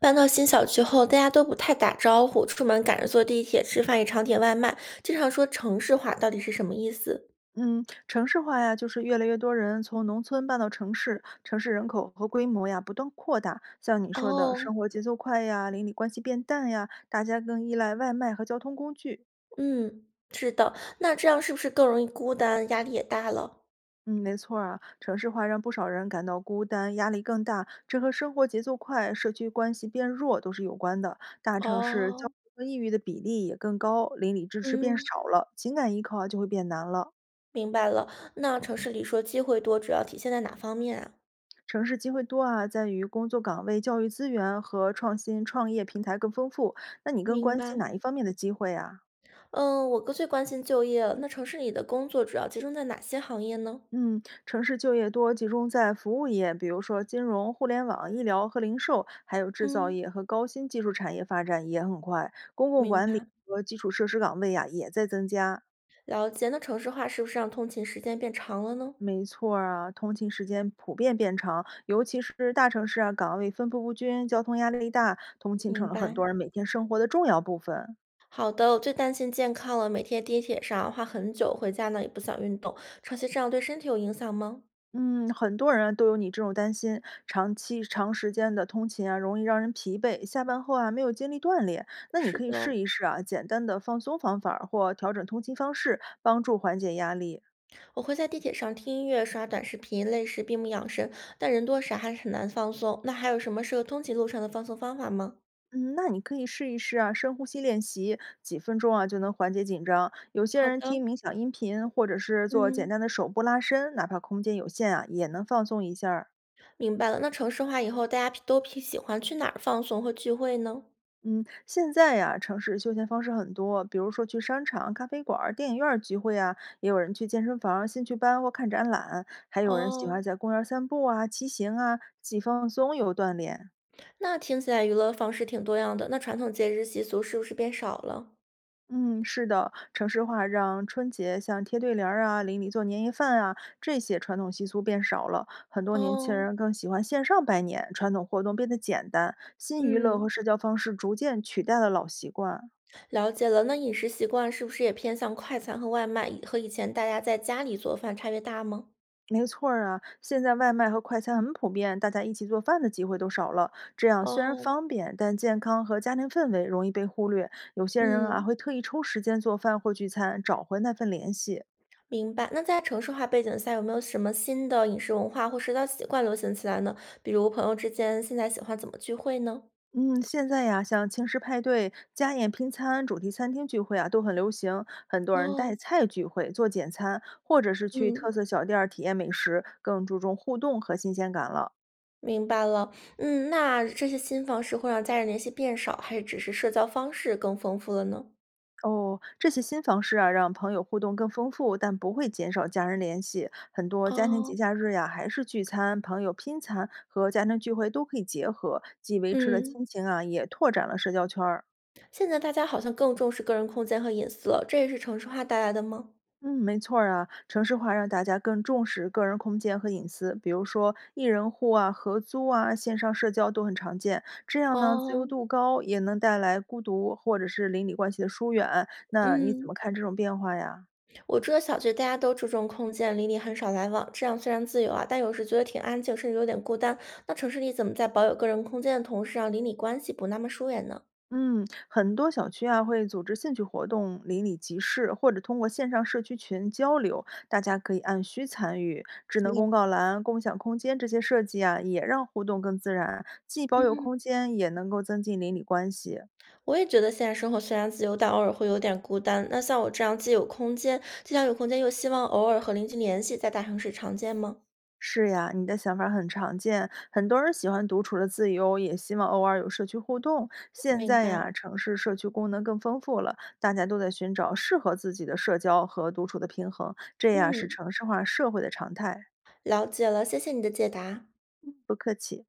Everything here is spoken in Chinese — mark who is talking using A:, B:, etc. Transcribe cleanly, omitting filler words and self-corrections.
A: 搬到新小区后，大家都不太打招呼，出门赶着坐地铁、吃饭也常点外卖，经常说城市化到底是什么意思？
B: 嗯，城市化呀，就是越来越多人从农村搬到城市，城市人口和规模呀不断扩大。像你说的，
A: 哦，
B: 生活节奏快呀，邻里关系变淡呀，大家更依赖外卖和交通工具。
A: 嗯，是的，那这样是不是更容易孤单，压力也大了？
B: 嗯，没错儿啊，城市化让不少人感到孤单，压力更大，这和生活节奏快、社区关系变弱都是有关的。大城市交
A: 哦，
B: 虑和抑郁的比例也更高，邻里支持变
A: 嗯，
B: 少了，情感依靠啊就会变难了。
A: 明白了。那城市里说机会多，主要体现在哪方面啊？
B: 城市机会多啊，在于工作岗位、教育资源和创新创业平台更丰富。那你更
A: 明
B: 关心
A: 白。
B: 哪一方面的机会啊？
A: 嗯，我哥最关心就业了。那城市里的工作主要集中在哪些行业呢？
B: 嗯，城市就业多集中在服务业，比如说金融、互联网、医疗和零售，还有制造
A: 嗯，
B: 业和高新技术产业发展也很快。公共
A: 明
B: 管理
A: 白，
B: 和基础设施岗位呀、也在增加。
A: 了解。那城市化是不是让通勤时间变长了呢？
B: 没错儿啊，通勤时间普遍变长，尤其是大城市啊，岗位分布不均，交通压力大，通勤成
A: 明
B: 了很多
A: 白。
B: 人每天生活的重要部分。
A: 好的，我最担心健康了，每天地铁上花很久，回家呢也不想运动，长期这样对身体有影响吗？
B: 嗯，很多人啊都有你这种担心，长期长时间的通勤啊，容易让人疲惫，下班后啊没有精力锻炼。那你
A: 是
B: 可以试
A: 的，
B: 一试啊，简单的放松方法儿或调整通勤方式，帮助缓解压力。
A: 我会在地铁上听音乐、刷短视频，累时闭目养神，但人多时还是很难放松。那还有什么适合通勤路上的放松方法吗？
B: 嗯，那你可以试一试啊，深呼吸练习，几分钟啊就能缓解紧张。有些
A: 好
B: 人
A: 的，
B: 听冥想音频，或者是做简
A: 嗯，
B: 单的手部拉伸，哪怕空间有限啊，也能放松一下儿。
A: 明白了。那城市化以后，大家都偏喜欢去哪儿放松和聚会呢？
B: 嗯，现在呀，城市休闲方式很多，比如说去商场、咖啡馆儿、电影院儿聚会啊，也有人去健身房、兴趣班或看展览，还有人喜欢
A: 哦，
B: 在公园儿散步啊、骑行啊，既放松又锻炼。
A: 那听起来娱乐方式挺多样的，那传统节日习俗是不是变少了？
B: 嗯，是的，城市化让春节像贴对联儿啊、邻里做年夜饭啊这些传统习俗变少了，很多年轻
A: 哦，
B: 人更喜欢线上拜年，传统活动变得简单，新娱乐和
A: 嗯。
B: 社交方式逐渐取代了老习惯。
A: 了解了，那饮食习惯是不是也偏向快餐和外卖？和以前大家在家里做饭差别大吗？
B: 没错儿啊，现在外卖和快餐很普遍，大家一起做饭的机会都少了。这样虽然
A: 哦，
B: 方便，但健康和家庭氛围容易被忽略。有些人啊，
A: 嗯，
B: 会特意抽时间做饭或聚餐，找回那份联系。
A: 明白。那在城市化背景下，有没有什么新的饮食文化或社交习惯流行起来呢？比如朋友之间现在喜欢怎么聚会呢？
B: 嗯，现在呀，像轻食派对、家宴拼餐、主题餐厅聚会啊，都很流行。很多人带
A: 哦，
B: 菜聚会、做简餐，或者是去特
A: 嗯，
B: 色小店儿体验美食，更注重互动和新鲜感了。
A: 明白了。那这些新方式会让家人联系变少，还是只是社交方式更丰富了呢？
B: 哦，这些新方式啊，让朋友互动更丰富，但不会减少家人联系。很多家庭节
A: 哦，
B: 假日呀、还是聚餐、朋友拼餐和家庭聚会都可以结合，既维持了
A: 嗯，
B: 亲情啊，也拓展了社交圈儿。
A: 现在大家好像更重视个人空间和隐私了，这也是城市化带来的吗？
B: 嗯，没错儿啊，城市化让大家更重视个人空间和隐私，比如说一人户啊、合租啊、线上社交都很常见。这样呢，自由
A: 哦，
B: 度高，也能带来孤独或者是邻里关系的疏远。那你怎
A: 嗯，
B: 么看这种变化呀？
A: 我住的小区大家都注重空间，邻里很少来往，这样虽然自由啊，但有时觉得挺安静，甚至有点孤单。那城市里怎么在保有个人空间的同时，让邻里关系不那么疏远呢？
B: 嗯，很多小区啊会组织兴趣活动、邻里集市，或者通过线上社区群交流，大家可以按需参与。智能
A: 你
B: 公告栏、共享空间这些设计啊，也让互动更自然，既保有
A: 嗯，
B: 空间，也能够增进邻里关系。
A: 我也觉得现在生活虽然自由，但偶尔会有点孤单。那像我这样既有空间，既想有空间，又希望偶尔和邻居联系，在大城市常见吗？
B: 是呀，你的想法很常见，很多人喜欢独处的自由，也希望偶尔有社区互动。现
A: 明
B: 在
A: 白，
B: 呀，城市社区功能更丰富了，大家都在寻找适合自己的社交和独处的平衡，这呀是
A: 嗯，
B: 城市化社会的常态。
A: 了解了，谢谢你的解答。
B: 不客气。